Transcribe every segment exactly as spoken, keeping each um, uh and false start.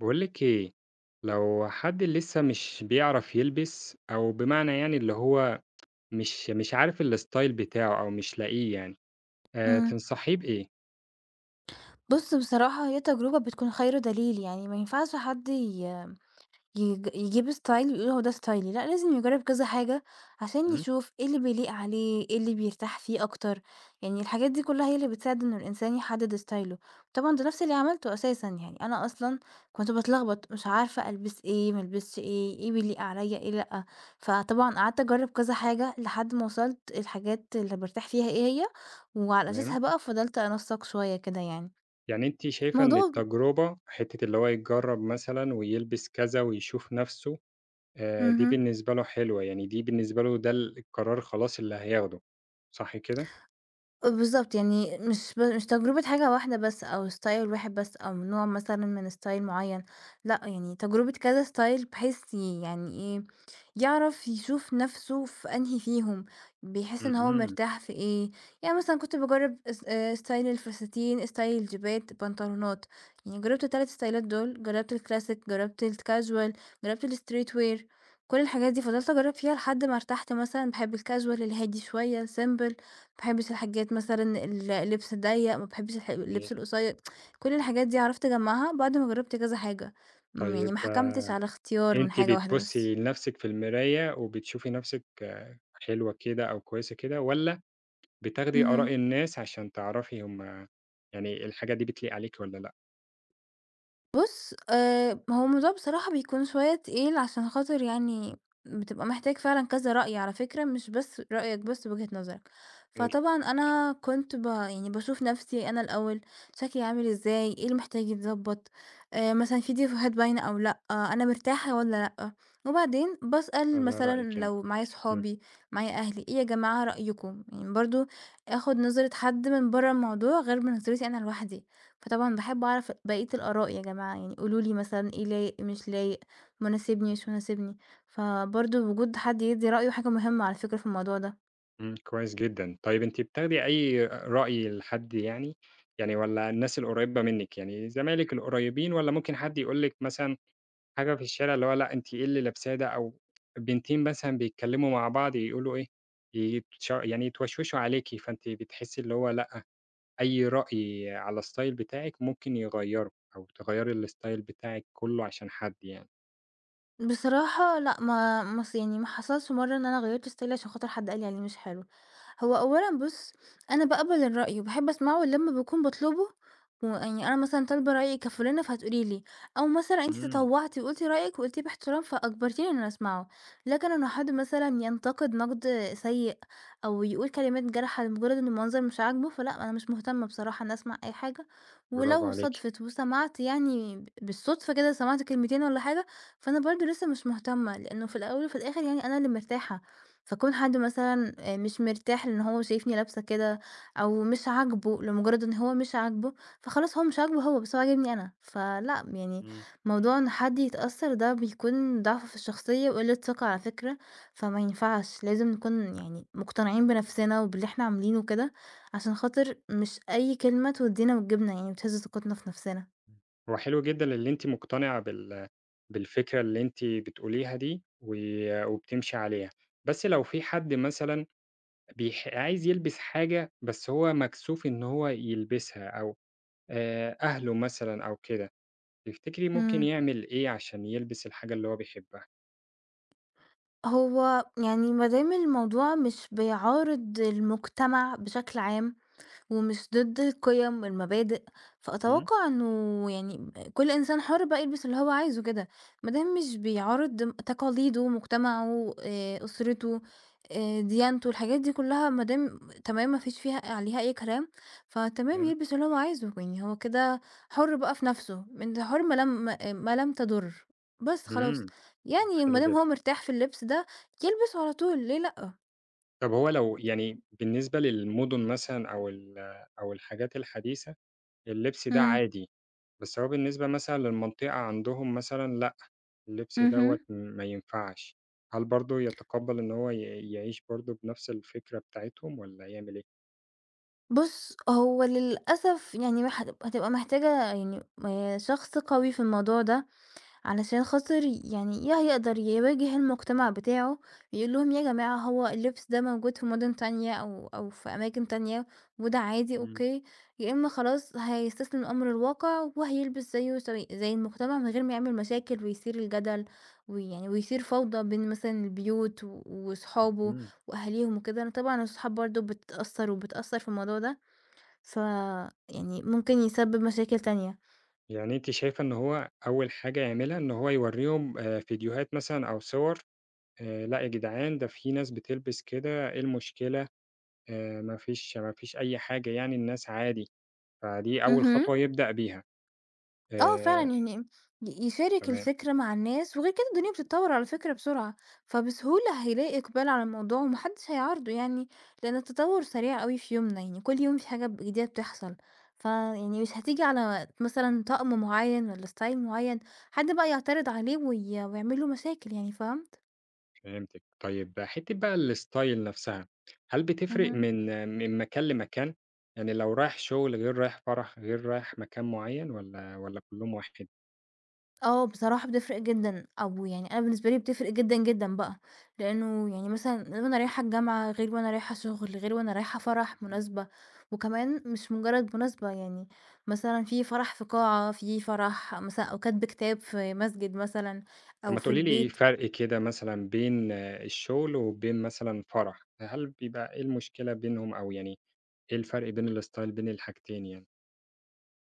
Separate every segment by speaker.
Speaker 1: بقولك ايه؟ لو حد لسه مش بيعرف يلبس او بمعنى يعني اللي هو مش مش عارف الستايل بتاعه او مش لاقيه يعني. آه،
Speaker 2: إمم.
Speaker 1: تنصحيه بايه؟
Speaker 2: بُص بصراحة هي تجربة بتكون خير دليل، يعني ما ينفعش حد ي يج يجيب style ويقول هو ده ستايلي، لأ لازم يجرّب كذا حاجة عشان
Speaker 1: مم،
Speaker 2: يشوف إيه اللي بيليق عليه، إيه اللي بيرتاح فيه أكتر، يعني الحاجات دي كلّها هي اللي بتساعد إنه الإنسان يحدد ستايله. طبعًا ده نفس اللي عملته أساسًا، يعني أنا أصلًا كنت باتلخبط مش عارفة ألبس إيه، ما ألبسش إيه، إيه بيليق عليَّ، إيه لأ، فطبعًا قعدت أجرّب كذا حاجة لحد ما وصلت الحاجات اللي بارتاح فيها إيه هي، وعلى
Speaker 1: تمام.
Speaker 2: أساسها بقى فضلت أنسّق شوية كده يعني.
Speaker 1: يعني انت شايفة ان
Speaker 2: موضوع.
Speaker 1: التجربة حتة اللي هو يجرب مثلا ويلبس كذا ويشوف نفسه، آه دي
Speaker 2: اهم.
Speaker 1: بالنسبة له حلوة يعني دي بالنسبة له ده القرار خلاص اللي هياخده؟ صح كده؟
Speaker 2: بالضبط، يعني مش ب مش تجربة حاجة واحدة بس أو style واحد بس أو نوع مثلًا من style معيّن، لأ، يعني تجربة كذا style بحيث يعني إيه يعرف يشوف نفسه في أنهي فيهم، بيحس إن هو
Speaker 1: مهم.
Speaker 2: مرتاح في إيه، يعني مثلًا كنت باجرّب اس آآ ستايل الفساتين، ستايل الجيبات، بنطلونات، يعني جرّبت ال3 ستايلات دول، جرّبت الكلاسيك، جرّبت الكاجوال، جرّبت الstreet wear، كل الحاجات دي فضلت أجرّب فيها لحد ما ارتحت مثلًا، باحب الكاجوال الهادي شوية simple، ماباحبش الحاجات مثلًا ال اللبس الضيّق، ما باحبش الح
Speaker 1: جميل.
Speaker 2: اللبس القصير، كل الحاجات دي عرفت أجمّعها بعد ما جرّبت كذا حاجة، امم،
Speaker 1: طيب
Speaker 2: يعني ما حكمتش على اختيار من
Speaker 1: أنتِ
Speaker 2: حاجة واحدة
Speaker 1: بتبُصّي
Speaker 2: بس.
Speaker 1: لنفسِك في المراية وبتشوفي نفسِك آه، حلوة كده أو كويسة كده، والّا بتاخدي
Speaker 2: اهم.
Speaker 1: آراء الناس عشان تعرفي هُم يعني الحاجة دي بتليق عليكِ والّا لأ؟
Speaker 2: بُص، آآ هو الموضوع بصراحة بيكون شوية تقيل عشان خاطر يعني بتبقى محتاج فعلًا كذا رأي على فكرة، مش بس رأيك بس وجهة نظرك.
Speaker 1: إيه ر
Speaker 2: فطبعًا أنا كنت ب يعني باشوف نفسي أنا الأول، شكلي عامل إزاي، إيه اللي محتاج يتضبط، آآ مثلًا في ديفوهات باينة أو لأ، آه أنا مرتاحة والّا لأ. وبعدين باسأل
Speaker 1: ده
Speaker 2: مثلًا
Speaker 1: رأيِك يعني.
Speaker 2: لو معايا
Speaker 1: إمم.
Speaker 2: صحابي، معايا أهلي، إيه يا جماعة رأيكم؟ يعني برضه آخد نظرة حد من برّه الموضوع غير من نظرتي أنا لوحدي. فطبعًا باحب أعرف بقية الآراء يا جماعة، يعني قولوا لي مثلًا إيه لايق، مش لايق، مناسبني، مش مناسبني، فبرضه وجود حد يدّي رأيه حاجة مهمة على فكرة في الموضوع ده.
Speaker 1: إمم، كويس جدًا. طيب أنتِ بتاخدي أي رأي لحد يعني؟ يعني والّا الناس القريبة منِك، يعني زمايلِك القريبين والّا ممكن حد يقول لِك مثلًا حاجة في الشارع اللي هو لأ أنتِ إيه اللي لابساه ده، أو بنتين مثلًا بيتكلموا مع بعض يقولوا إيه، يتش يعني يتوشوشوا عليكِ، فأنتِ بتحسي اللي هو لأ أي رأي على الstyle بتاعِك ممكن يغيّره، أو تغيّري الstyle بتاعِك كلّه عشان حد يعني.
Speaker 2: بصراحة لأ، ما ما ص يعني ما حصلش مرّة إن أنا غيّرت ستايلي عشان خاطر حد قال لي عليه مش حلو. هو أولًا بُص، أنا باقبل الرأي وباحب أسمعه لمّا باكون باطلبه ويعني أنا مثلًا طالبة رأيِك كفلانة فهتقولي لي، أو مثلًا أنتِ
Speaker 1: إمم.
Speaker 2: تطوعتِ وقلتِ رأيِك وقلتيه باحترام فأجبرتيني إن أنا أسمعه. لكن إنه حد مثلًا ينتقد نقد سيء أو يقول كلمات جارحة لمجرد إن المنظر مش عاجبه، فلأ أنا مش مهتمة بصراحة إني أسمع أي حاجة،
Speaker 1: برافو
Speaker 2: ولو
Speaker 1: عليكِ.
Speaker 2: صادفت وسمعت يعني ب بالصدفة كده سمعت كلمتين والّا حاجة. فأنا برضه لسه مش مهتمة، لإنه في الأول وفي الآخر يعني أنا اللي مرتاحة، فكون حد مثلًا آآ مش مرتاح لإن هو شايفني لابسة كده أو مش عاجبه لمجرد إن هو مش عاجبه، فخلاص هو مش عاجبه هو، بس هو عاجبني أنا، فلأ يعني
Speaker 1: إمم.
Speaker 2: موضوع إن حد يتأثّر ده بيكون ضعف في الشخصية وقلة ثقة على فكرة، فما ينفعش، لازم نكون يعني مقتنعين بنفسنا وباللي إحنا عاملينه كده، عشان خاطر مش أي كلمة تودينا وتجيبنا يعني وتهز ثقتنا في نفسنا.
Speaker 1: هو حلو جدًا اللي أنتِ مقتنعة بال بالفكرة اللي أنتِ بتقوليها دي، و وبتمشي عليها. بس لو في حد مثلًا بيح عايز يلبس حاجة، بس هو مكسوف إن هو يلبسها، أو آآ، أهله مثلًا أو كده، تفتكري ممكن
Speaker 2: إمم.
Speaker 1: يعمل إيه عشان يلبس الحاجة اللي هو بيحبها؟
Speaker 2: هو يعني ما دام الموضوع مش بيعارض المجتمع بشكل عام ومش ضد القيم والمبادئ،
Speaker 1: إمم.
Speaker 2: فأتوقع إنه يعني كل إنسان حُر بقى يلبس اللي هو عايزه كده، ما دام مش بيعارض تقاليده، مجتمعه، آآ، أسرته، آآ، ديانته، الحاجات دي كلّها ما دام تمام ما فيش فيها عليها أي كلام، فتمام
Speaker 1: تمام.
Speaker 2: يلبس اللي هو عايزه، يعني هو كده حُر بقى في نَفْسه، أنت حُر ما لم ما لم تضُر، بس خلاص،
Speaker 1: إمم،
Speaker 2: يعني ما
Speaker 1: حلو
Speaker 2: دام
Speaker 1: جدًا.
Speaker 2: هو مرتاح في اللبس ده يلبسه على طول ليه لأ؟
Speaker 1: طب هو لو يعني بالنسبة للمدن مثلًا أو ال أو الحاجات الحديثة، اللبس ده
Speaker 2: إمم.
Speaker 1: عادي، بس هو بالنسبة مثلًا للمنطقة عندهم مثلًا لأ، اللبس دوّة
Speaker 2: اهم.
Speaker 1: ما ينفعش، هل برضه يتقبّل إن هو ي يعيش برضه بنفس الفكرة بتاعتهم والّا يعمل إيه؟
Speaker 2: بُص، هو للأسف يعني مح هتبقى محتاجة يعني آآ شخص قوي في الموضوع ده، علشان خاطر يعني يا هيقدر يواجه المجتمع بتاعه، يقول لهم يا جماعة هو اللبس ده موجود في مدن تانية أو أو في أماكن تانية وده عادي
Speaker 1: إمم.
Speaker 2: أوكي، يا إما خلاص هيستسلم لأمر الواقع وهيلبس زيه زي زي المجتمع من غير ما يعمل مشاكل ويثير الجدل، ويعني ويثير فوضى بين مثلًا البيوت و وصحابه
Speaker 1: اهم.
Speaker 2: وأهاليهم وكده، أنا طبعًا الصحاب برضه بتتأثر وبتأثر في الموضوع ده. ف يعني ممكن يسبب مشاكل تانية.
Speaker 1: يعني أنتِ شايفة إن هو أول حاجة يعملها إن هو يورّيهم آآ فيديوهات مثلًا أو صور، آآ لأ يا جدعان ده في ناس بتلبس كده، إيه المشكلة؟ آآ ما فيش ما فيش أي حاجة يعني الناس عادي. فدي أول
Speaker 2: اهم.
Speaker 1: خطوة يبدأ بيها.
Speaker 2: آه فعلًا
Speaker 1: آآ،
Speaker 2: يعني ي يشارك
Speaker 1: تمام.
Speaker 2: الفكرة مع الناس، وغير كده الدنيا بتتطور على فكرة بسرعة، فبسهولة هيلاقي إقبال على الموضوع وما حدش هيعارضه يعني، لأن التطور سريع أوي في يومنا، يعني كل يوم في حاجة ب جديدة بتحصل، فيعني مش هتيجي على مثلًا طقم معين والّا style معين، حد بقى يعترض عليه وي ويعمل له مشاكل يعني، فهمت؟
Speaker 1: فهمتِك. طيب حتّة بقى الstyle نفسها، هل بتفرق
Speaker 2: اهم.
Speaker 1: من من مكان لمكان؟ يعني لو رايح شغل غير رايح فرح، غير رايح مكان معيّن والّا والّا كلّهم واحد؟
Speaker 2: آه، بصراحة بتفرق جدًا، أو يعني أنا بالنسبة لي بتفرق جدًا، جدًا بقى، لإنه يعني مثلًا وأنا رايحة الجامعة غير وأنا رايحة شغل، غير وأنا رايحة فرح،
Speaker 1: إمم.
Speaker 2: مناسبة، وكمان مش مجرد مناسبة يعني مثلًا في فرح في قاعة، في فرح مثلًا أو كاتبة كتاب في مسجد مثلًا
Speaker 1: طب
Speaker 2: أو
Speaker 1: ما
Speaker 2: في
Speaker 1: تقولي لي إيه
Speaker 2: البيت.
Speaker 1: فرق كده مثلًا بين آه، الشغل وبين مثلًا فرح، هل بيبقى إيه المشكلة بينهم أو يعني إيه الفرق بين الstyle بين الحاجتين يعني؟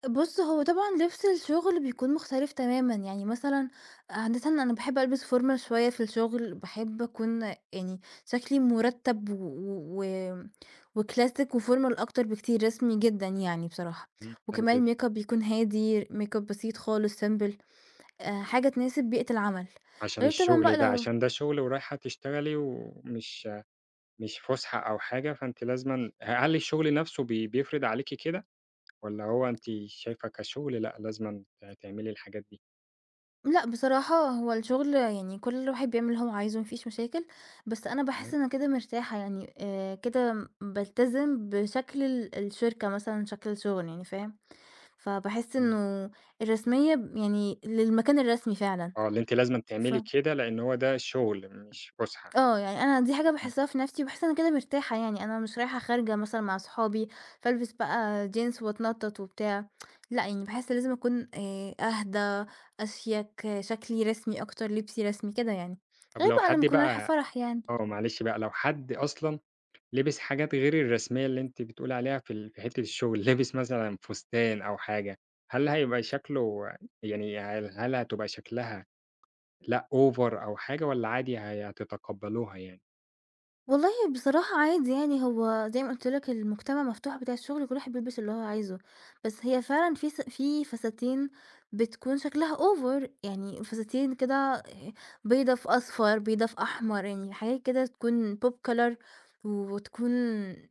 Speaker 2: بُص، هو طبعًا لبس الشغل بيكون مختلف تمامًا، يعني مثلًا عادةً أنا باحب ألبس formal شوية في الشغل، باحب أكون يعني شكلي مرتب و و وclassic وformal أكتر بكتير، رسمي جدًا يعني بصراحة،
Speaker 1: إمم، حلو جدًا.
Speaker 2: وكمان الmakeup بيكون هادي، makeup بسيط خالص simple، آآ، حاجة تناسب بيئة العمل،
Speaker 1: عشان
Speaker 2: غير طبعًا
Speaker 1: الشغل
Speaker 2: بقى
Speaker 1: ده
Speaker 2: لو.
Speaker 1: عشان ده شغل ورايحة تشتغلي ومش مش فُسحة أو حاجة، فأنتِ لازمًا ه هل الشغل نَفْسه بي بيفرض عليكِ كده، والّا هو أنتِ شايفة كشغل لأ، لازمًا ت تعملي الحاجات دي؟
Speaker 2: لأ بصراحة هو الشغل يعني كل واحد بيعمل اللي هو عايزه ما فيش مشاكل، بس أنا باحس
Speaker 1: تمام.
Speaker 2: إن أنا كده مرتاحة يعني آآ، كده م بالتزم بشكل ال الشركة مثلًا شكل الشغل يعني فاهم؟ فباحس
Speaker 1: إمم.
Speaker 2: إنه الرسمية ب يعني للمكان الرسمي فعلًا.
Speaker 1: آه، اللي أنتِ لازمًا
Speaker 2: ف
Speaker 1: تعملي كده لإن هو ده شغل مش فُسحة.
Speaker 2: آه، يعني أنا دي حاجة
Speaker 1: إمم.
Speaker 2: باحسّها في نَفْسي، باحس أنا كده مرتاحة يعني، أنا مش رايحة خارجة مثلًا مع صحابي، فالبس بقى jeans واتنطّط وبتاع، لأ، يعني باحس لازم أكون آآ أهدى، أشيك، آه، شكلي رسمي أكتر، لبسي رسمي، كده يعني.
Speaker 1: طب
Speaker 2: غير
Speaker 1: لو
Speaker 2: بقى لمّا
Speaker 1: حد
Speaker 2: أكون رايحة
Speaker 1: بقى.
Speaker 2: فرح يعني.
Speaker 1: آه، معلش بقى، لو حد أصلًا لبس حاجات غير الرسمية اللي أنتِ بتقولي عليها في ال في حتّة الشغل، لبس مثلًا فستان أو حاجة، هل هيبقى شكله يعني هل هل هتبقى شكلها لأ over أو حاجة والّا عادي هي هتتقبّلوها يعني؟
Speaker 2: والله بصراحة عادي يعني هو زي ما قُلت لك المجتمع مفتوح بتاع الشغل كل واحد بيلبس اللي هو عايزه، بس هي فعلًا في س في فساتين بتكون شكلها over، يعني فساتين كده بيضا في أصفر، بيضا في أحمر، يعني حاجات كده تكون pop color وتكون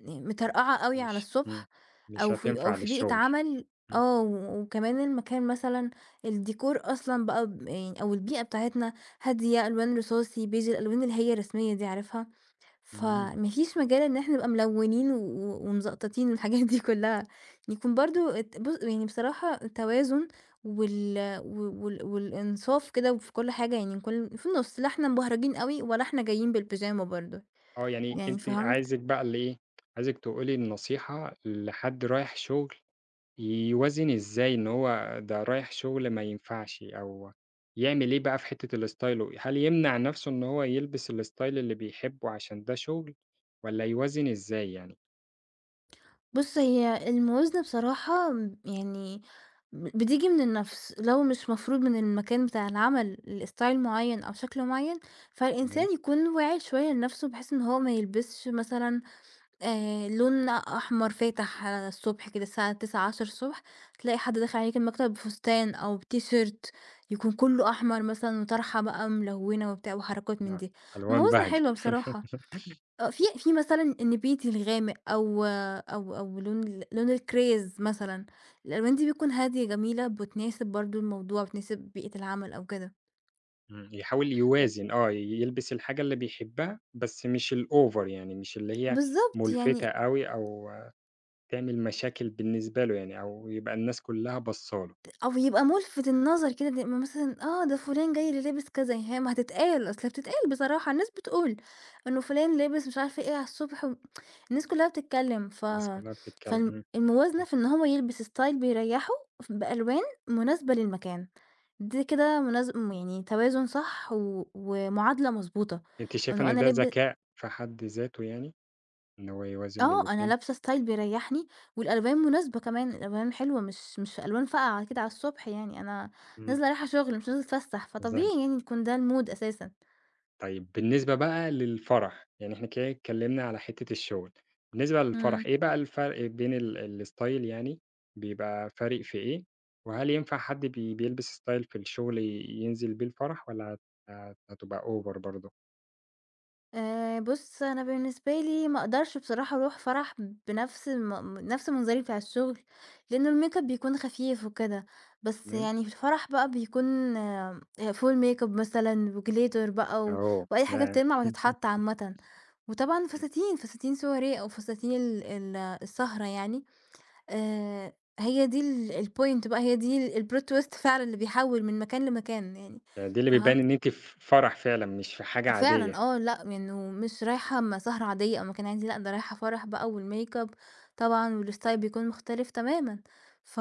Speaker 2: مطرقعة أوي على
Speaker 1: مش إمم،
Speaker 2: الصبح،
Speaker 1: مش
Speaker 2: أو في أو
Speaker 1: هتنفع
Speaker 2: في بيئة
Speaker 1: للشغل.
Speaker 2: عمل.
Speaker 1: إمم.
Speaker 2: آه، وكمان المكان مثلًا الديكور أصلًا بقى ب يعني أو البيئة بتاعتنا هادية، ألوان رصاصي، بيج الألوان اللي هي الرسمية دي عارفها؟
Speaker 1: إمم.
Speaker 2: فما فيش مجال إن إحنا نبقى ملوّنين و و- ومزقططين والحاجات دي كلّها، يكون برضه الت بُص يعني بصراحة التوازن وال و وال والإنصاف كده وفي كل حاجة يعني كل في النُص، لا إحنا مبهرجين أوي ولا إحنا جايين بالبيجامة برضه،
Speaker 1: آه، يعني آه.
Speaker 2: يعني
Speaker 1: أنتِ
Speaker 2: فهمت؟
Speaker 1: عايزِك بقى اللي إيه، عايزِك تقولي النصيحة لحد رايح شغل يوازن إزاي إن هو ده رايح شغل ما ينفعش أو يعمل إيه بقى في حتّة الstyle هل يمنع نَفْسه إن هو يلبس الstyle اللي بيحبه عشان ده شغل والّا يوازن إزاي يعني؟
Speaker 2: بُص هي الموازنة بصراحة م يعني ب بتيجي من النَفْس، لو مش مفروض من المكان بتاع العمل لstyle معيّن أو شكل معيّن،
Speaker 1: تمام.
Speaker 2: فالإنسان يكون واعي شوية لنَفْسه بحيث إن هو ما يلبسش مثلًا آآ لون أحمر فاتح على الصبح كده الساعة تسعة، عشرة تلاقي حد داخل عليكِ المكتب بفستان أو بتيشيرت يكون كلّه أحمر مثلًا وطرحة بقى ملونة وبتاع وحركات من
Speaker 1: آه،
Speaker 2: دي،
Speaker 1: ألوان
Speaker 2: موازنة
Speaker 1: بهجة.
Speaker 2: حلوة بصراحة. آه، في في مثلًا النبيتي الغامق أو أو أو لون ال لون الكريز مثلًا، الألوان دي بتكون هادية جميلة بتناسب برضه الموضوع، بتناسب بيئة العمل أو كده.
Speaker 1: إمم، يحاول يوازن آه، يلبس الحاجة اللي بيحبها، بس مش الأوفر يعني، مش اللي هي
Speaker 2: بالضبط
Speaker 1: مُلفتة
Speaker 2: يعني.
Speaker 1: أوي أو تعمل مشاكل بالنسبة له يعني، أو يبقى الناس كلّها باصة له،
Speaker 2: أو يبقى مُلفِت النظر كده د م مثلًا آه، ده فلان جاي اللي لابس كذا، يعني هي ما هتتقال، أصل هي بتتقال بصراحة، الناس بتقول إنه فلان لابس مش عارفة إيه على الصبح و الناس كلّها بتتكلّم، ف
Speaker 1: الناس كلّها بتتكلم.
Speaker 2: فالم
Speaker 1: إمم.
Speaker 2: الموازنة
Speaker 1: إمم،
Speaker 2: في إن هو يلبس style بيريّحه، ف بألوان مناسبة للمكان، دي كده مناز م يعني توازن صح و ومعادلة مضبوطة،
Speaker 1: أنتِ شايفة
Speaker 2: إنه
Speaker 1: إن
Speaker 2: أنا
Speaker 1: ده
Speaker 2: لاب
Speaker 1: ذكاء في حد ذاته يعني، إن هو يوازن بين
Speaker 2: آه، أنا
Speaker 1: الاتنين؟
Speaker 2: لابسة style بيريحني، والألوان مناسبة كمان، الألوان حلوة مش مش ألوان فاقعة كده على الصبح يعني، أنا
Speaker 1: إمم.
Speaker 2: نازلة رايحة شغل مش نازلة أتفسح، فطبيعي
Speaker 1: بالضبط.
Speaker 2: يعني يكون ده المود أساسًا.
Speaker 1: طيب بالنسبة بقى للفرح، يعني إحنا كده اتكلّمنا على حتّة الشغل، بالنسبة للفرح
Speaker 2: إمم.
Speaker 1: إيه بقى الفرق بين ال الstyle يعني بيبقى فارق في إيه؟ وهل ينفع حد بي بيلبس style في الشغل ي- ينزل بيه الفرح والّا هت هت هتبقى over برضه؟
Speaker 2: آآ بُص، أنا بالنسبة لي ما أقدرش بصراحة أروح فرح بنفس م نفس منظري بتاع الشغل، لأنه الmakeup بيكون خفيف وكده، بس
Speaker 1: تمام.
Speaker 2: يعني في الفرح بقى بيكون آه، full makeup مثلًا وglitter بقى و
Speaker 1: آه،
Speaker 2: وأي حاجة
Speaker 1: ياه!
Speaker 2: بتلمع وتتحط عامةً. وطبعًا فساتين، فساتين soirée أو فساتين ال ال السهرة يعني، آآ هي دي ال الpoint بقى، هي دي ال الplot twist فعلًا اللي بيحوّل من مكان لمكان يعني،
Speaker 1: يعني دي اللي بتبيّن
Speaker 2: فهمت؟
Speaker 1: إن أنتِ في فرح فعلًا مش في حاجة عادية،
Speaker 2: فعلًا آه، لأ إنه مش رايحة م سهرة عادية أو مكان عادي، لأ ده رايحة فرح بقى والmakeup طبعًا والstyle بيكون مختلف تمامًا، ف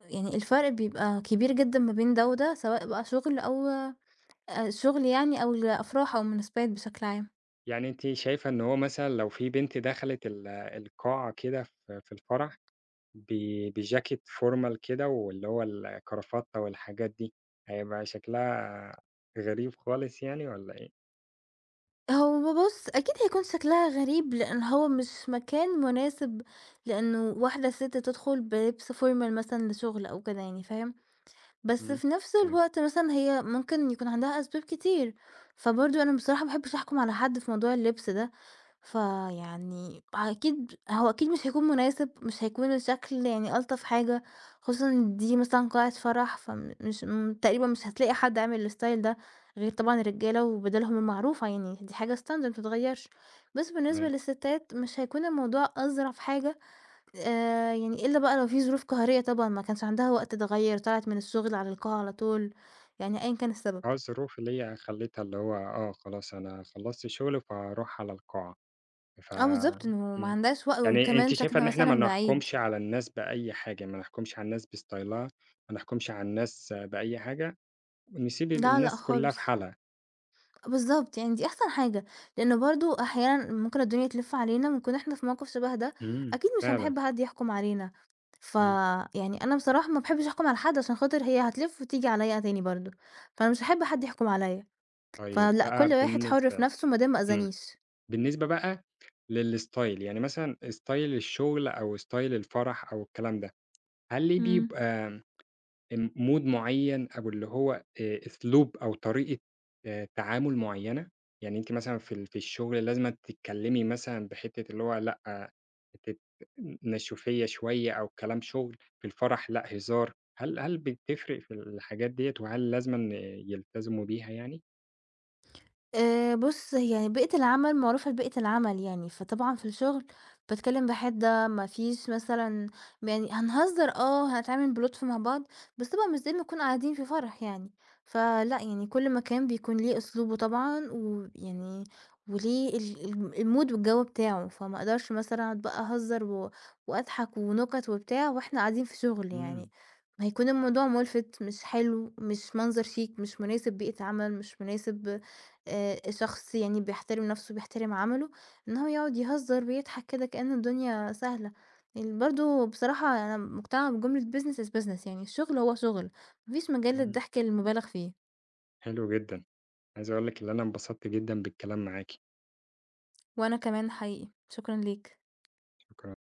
Speaker 2: يعني الفرق بيبقى كبير جدًا ما بين ده وده، سواء بقى شغل أو آآ شغل يعني أو الأفراح أو المناسبات بشكل عام.
Speaker 1: يعني أنتِ شايفة إن هو مثلًا لو في بنت دخلت ال القاعة كده في في الفرح ب بجاكيت formal كده واللي هو الكرافتة والحاجات دي، هيبقى شكلها غريب خالص يعني والّا إيه؟
Speaker 2: هو بُص، أكيد هيكون شكلها غريب، لإن هو مش مكان مناسب لإنه واحدة ست تدخل بلبس formal مثلًا لشغل أو كده يعني، فاهم؟ بس
Speaker 1: إمم،
Speaker 2: في نفس
Speaker 1: تمام.
Speaker 2: الوقت مثلًا هي ممكن يكون عندها أسباب كتير، فبرضه أنا بصراحة ما باحبش أحكُم على حد في موضوع اللبس ده، فيعني أكيد هو أكيد مش هيكون مناسب، مش هيكون الشكل يعني ألطف حاجة، خصوصًا إن دي مثلًا قاعة فرح، فمش م تقريبًا مش هتلاقي حد عامل الstyle ده غير طبعًا الرجالة وبدلهم المعروفة يعني، دي حاجة standard ما بتتغيّرش، بس بالنسبة
Speaker 1: تمام.
Speaker 2: للستات مش هيكون الموضوع أظرف حاجة. آآ يعني إلا بقى لو في ظروف قهرية طبعًا، ما كانش عندها وقت تغيّر، طلعت من الشغل على القاعة على طول، يعني أيًا كان السبب.
Speaker 1: آه، الظروف اللي هي خلّتها اللي هو آه، خلاص أنا خلّصت شغل فهاروح على القاعة، ف
Speaker 2: آه بالضبط، إنه ما
Speaker 1: إمم.
Speaker 2: عندهاش وق
Speaker 1: يعني أنتِ
Speaker 2: وكمان
Speaker 1: شايفة
Speaker 2: ساكنة
Speaker 1: إن إحنا ما
Speaker 2: مثلًا بعيد.
Speaker 1: نحكمش على الناس بأي حاجة، ما نحكمش على الناس بستايلها، ما نحكمش على الناس بأي حاجة، ونسيب
Speaker 2: لا، لأ
Speaker 1: الناس كلّها في
Speaker 2: خالص.
Speaker 1: حالها.
Speaker 2: بالضبط، يعني دي أحسن حاجة، لإنه برضه أحيانًا ممكن الدنيا تلِف علينا ونكون إحنا في موقف شبه ده،
Speaker 1: إمم،
Speaker 2: أكيد مش
Speaker 1: فعلًا.
Speaker 2: هنحب حد يحكم علينا.
Speaker 1: إمم.
Speaker 2: فيعني أنا بصراحة ما باحبش أحكم على حد عشان خاطر هي هتلِف وتيجي عليّا تاني برضه، فأنا مش هاحب حد يحكم عليّا،
Speaker 1: طيب
Speaker 2: فلأ، كل
Speaker 1: بقى
Speaker 2: واحد حُر في
Speaker 1: بالنسبة.
Speaker 2: نَفْسه ما دام ما
Speaker 1: إمم.
Speaker 2: أذانيش.
Speaker 1: بالنسبة بقى للstyle، يعني مثلًا style الشغل أو style الفرح أو الكلام ده، هل ليه
Speaker 2: إمم.
Speaker 1: بيبقى م mood معيّن أو اللي هو آآ أسلوب أو طريقة آآ تعامل معيّنة؟ يعني أنتِ مثلًا في ال في الشغل لازمًا تتكلّمي مثلًا بحتّة اللي هو لأ، آه، حتّة نشوفية شوية أو كلام شغل، في الفرح لأ هزار، هل هل بتفرق في الحاجات ديّة وهل لازمًا يلتزموا بيها يعني؟
Speaker 2: آآ بُص، يعني بيئة العمل معروفة ببيئة العمل يعني، فطبعًا في الشغل باتكلّم بحِدّة، ما فيش مثلًا يعني هنهزّر آه، هنتعامل بلُطف مع بعض، بس طبعًا مش زي ما نكون قاعدين في فرح يعني، فلأ يعني كل مكان بيكون ليه أسلوبه طبعًا ويعني وليه ال ال الmood والجَو بتاعه، فما أقدرش مثلًا أقعد بقى أهزّر و وأضحك ونُكَت وبتاع وإحنا قاعدين في شغل
Speaker 1: إمم.
Speaker 2: يعني، هيكون الموضوع مُلفِت، مش حلو، مش منظر شيك، مش مناسب بيئة عمل، مش مناسب آآ شخص يعني بيحترم نَفْسه، بيحترم عمله، إن هو يقعد يهزّر ويضحك كده كأن الدنيا سهلة. ال برضه بصراحة أنا مقتنعة بجملة business is business يعني الشغل هو شغل، ما فيش مجال
Speaker 1: إمم،
Speaker 2: للضحك المُبالغ فيه.
Speaker 1: حلو جدًا. عايز أقول لِك اللي أنا انبسطت جدًا بالكلام معاكِ.
Speaker 2: وأنا كمان حقيقي. شكرًا ليك.
Speaker 1: شكرًا.